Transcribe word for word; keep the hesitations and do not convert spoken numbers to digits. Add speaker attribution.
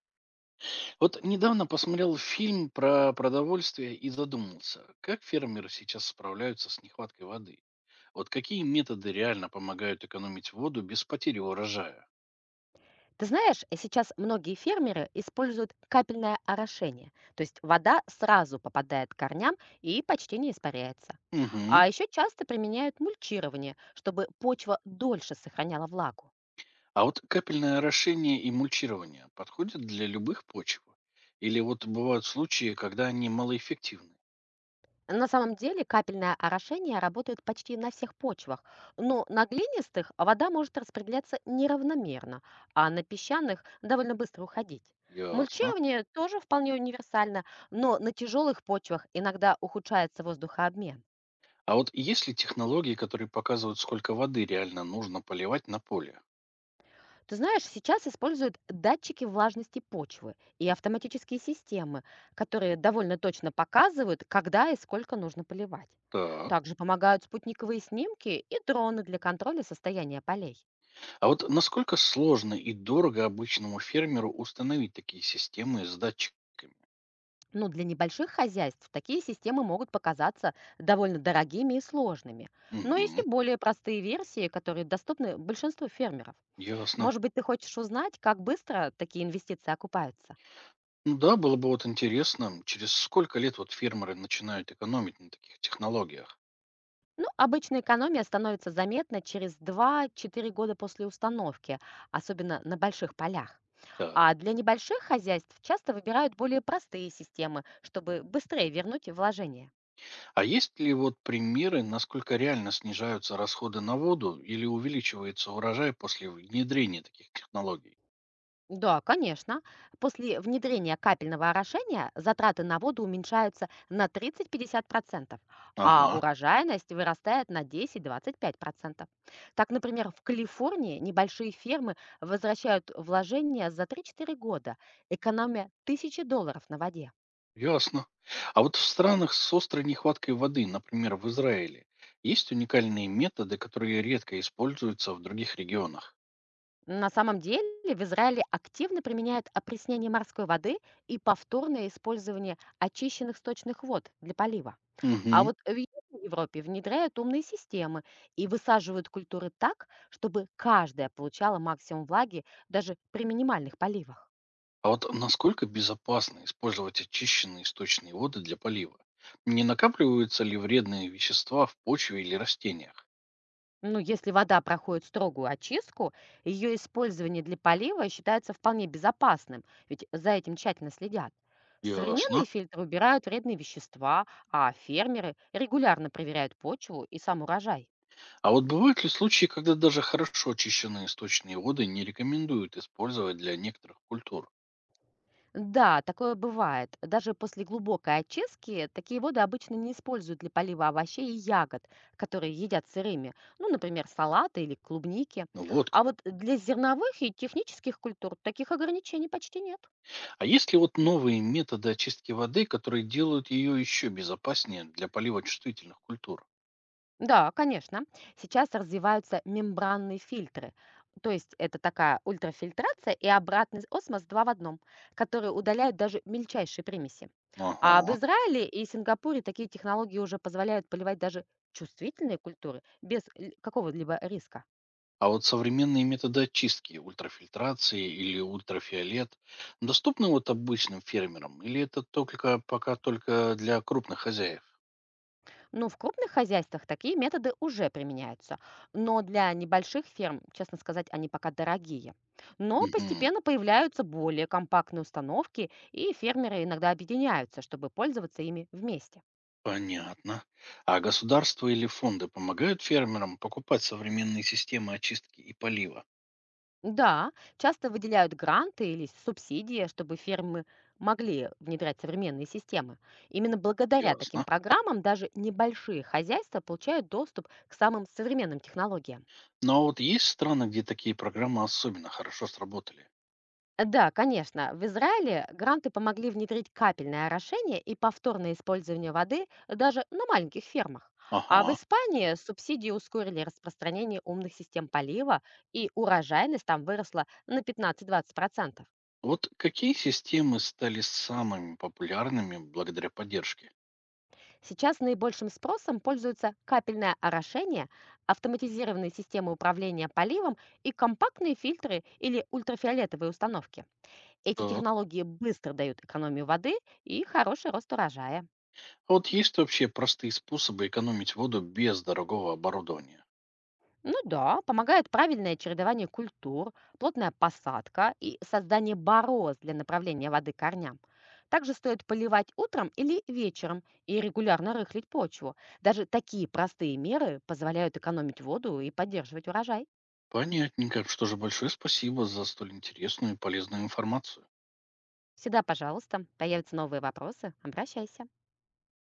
Speaker 1: Вот недавно посмотрел фильм про продовольствие и задумался, как фермеры сейчас справляются с нехваткой воды. Вот какие методы реально помогают экономить воду без потери урожая?
Speaker 2: Ты знаешь, э, сейчас многие фермеры используют капельное орошение, то есть вода сразу попадает к корням и почти не испаряется.
Speaker 1: Мгм.
Speaker 2: А еще часто применяют мульчирование, чтобы почва дольше сохраняла влагу.
Speaker 1: А вот капельное орошение и мульчирование подходят для любых почв? Или вот бывают случаи, когда они малоэффективны?
Speaker 2: На самом деле капельное орошение работает почти на всех почвах, но на глинистых вода может распределяться неравномерно, а на песчаных довольно быстро уходить.
Speaker 1: Ясно.
Speaker 2: Мульчирование тоже вполне универсально, но на тяжелых почвах иногда ухудшается воздухообмен.
Speaker 1: А вот есть ли технологии, которые показывают, сколько воды реально нужно поливать на поле?
Speaker 2: Ты знаешь, сейчас используют датчики влажности почвы и автоматические системы, которые довольно точно показывают, когда и сколько нужно поливать.
Speaker 1: Так.
Speaker 2: Также помогают спутниковые снимки и дроны для контроля состояния полей.
Speaker 1: А вот насколько сложно и дорого обычному фермеру установить такие системы с датчиками?
Speaker 2: Но для небольших хозяйств такие системы могут показаться довольно дорогими и сложными. Но есть
Speaker 1: Мгм.
Speaker 2: и более простые версии, которые доступны большинству фермеров.
Speaker 1: Ясно.
Speaker 2: Может быть, ты хочешь узнать, как быстро такие инвестиции окупаются?
Speaker 1: Ну да, было бы вот интересно, через сколько лет вот фермеры начинают экономить на таких технологиях?
Speaker 2: Ну, обычно экономия становится заметна через два-четыре года после установки, особенно на больших полях.
Speaker 1: Так.
Speaker 2: А для небольших хозяйств часто выбирают более простые системы, чтобы быстрее вернуть вложения.
Speaker 1: А есть ли вот примеры, насколько реально снижаются расходы на воду или увеличивается урожай после внедрения таких технологий?
Speaker 2: Да, конечно. После внедрения капельного орошения затраты на воду уменьшаются на тридцати-пятидесяти процентов, а
Speaker 1: Ага.
Speaker 2: урожайность вырастает на десяти-двадцати пяти процентов. Так, например, в Калифорнии небольшие фермы возвращают вложения за три-четыре года, экономя тысячи долларов на воде.
Speaker 1: Ясно. А вот в странах с острой нехваткой воды, например, в Израиле, есть уникальные методы, которые редко используются в других регионах.
Speaker 2: На самом деле в Израиле активно применяют опреснение морской воды и повторное использование очищенных сточных вод для полива.
Speaker 1: Мгм.
Speaker 2: А вот в Южной Европе внедряют умные системы и высаживают культуры так, чтобы каждая получала максимум влаги даже при минимальных поливах.
Speaker 1: А вот насколько безопасно использовать очищенные источные воды для полива? Не накапливаются ли вредные вещества в почве или растениях?
Speaker 2: Ну, если вода проходит строгую очистку, ее использование для полива считается вполне безопасным, ведь за этим тщательно следят.
Speaker 1: Ясно.
Speaker 2: Современные фильтры убирают вредные вещества, а фермеры регулярно проверяют почву и сам урожай.
Speaker 1: А вот бывают ли случаи, когда даже хорошо очищенные источные воды не рекомендуют использовать для некоторых культур?
Speaker 2: Да, такое бывает. Даже после глубокой очистки такие воды обычно не используют для полива овощей и ягод, которые едят сырыми, ну, например, салаты или клубники.
Speaker 1: Ну вот как.
Speaker 2: А вот для зерновых и технических культур таких ограничений почти нет.
Speaker 1: А есть ли вот новые методы очистки воды, которые делают ее еще безопаснее для полива чувствительных культур?
Speaker 2: Да, конечно. Сейчас развиваются мембранные фильтры. То есть это такая ультрафильтрация и обратный осмос два в одном, которые удаляют даже мельчайшие примеси. А в
Speaker 1: Ага.
Speaker 2: Израиле и Сингапуре такие технологии уже позволяют поливать даже чувствительные культуры без л- какого-либо риска.
Speaker 1: А вот современные методы очистки, ультрафильтрации или ультрафиолет, доступны вот обычным фермерам? Или это только пока только для крупных хозяев?
Speaker 2: Ну, в крупных хозяйствах такие методы уже применяются, но для небольших ферм, честно сказать, они пока дорогие. Но
Speaker 1: Мгм.
Speaker 2: постепенно появляются более компактные установки, и фермеры иногда объединяются, чтобы пользоваться ими вместе.
Speaker 1: Понятно. А государство или фонды помогают фермерам покупать современные системы очистки и полива?
Speaker 2: Да, часто выделяют гранты или субсидии, чтобы фермы могли внедрять современные системы. Именно благодаря таким
Speaker 1: Ясно.
Speaker 2: программам даже небольшие хозяйства получают доступ к самым современным технологиям.
Speaker 1: Но вот есть страны, где такие программы особенно хорошо сработали?
Speaker 2: Да, конечно. В Израиле гранты помогли внедрить капельное орошение и повторное использование воды даже на маленьких фермах. А в
Speaker 1: Ага.
Speaker 2: Испании субсидии ускорили распространение умных систем полива, и урожайность там выросла на пятнадцати-двадцати процентов.
Speaker 1: Вот какие системы стали самыми популярными благодаря поддержке?
Speaker 2: Сейчас наибольшим спросом пользуются капельное орошение, автоматизированные системы управления поливом и компактные фильтры или ультрафиолетовые установки. Эти
Speaker 1: Так.
Speaker 2: технологии быстро дают экономию воды и хороший рост урожая.
Speaker 1: А вот есть вообще простые способы экономить воду без дорогого оборудования?
Speaker 2: Ну да, помогает правильное чередование культур, плотная посадка и создание бороз для направления воды корням. Также стоит поливать утром или вечером и регулярно рыхлить почву. Даже такие простые меры позволяют экономить воду и поддерживать урожай.
Speaker 1: Понятненько. Что же, большое спасибо за столь интересную и полезную информацию.
Speaker 2: Всегда, пожалуйста, появятся новые вопросы, обращайся.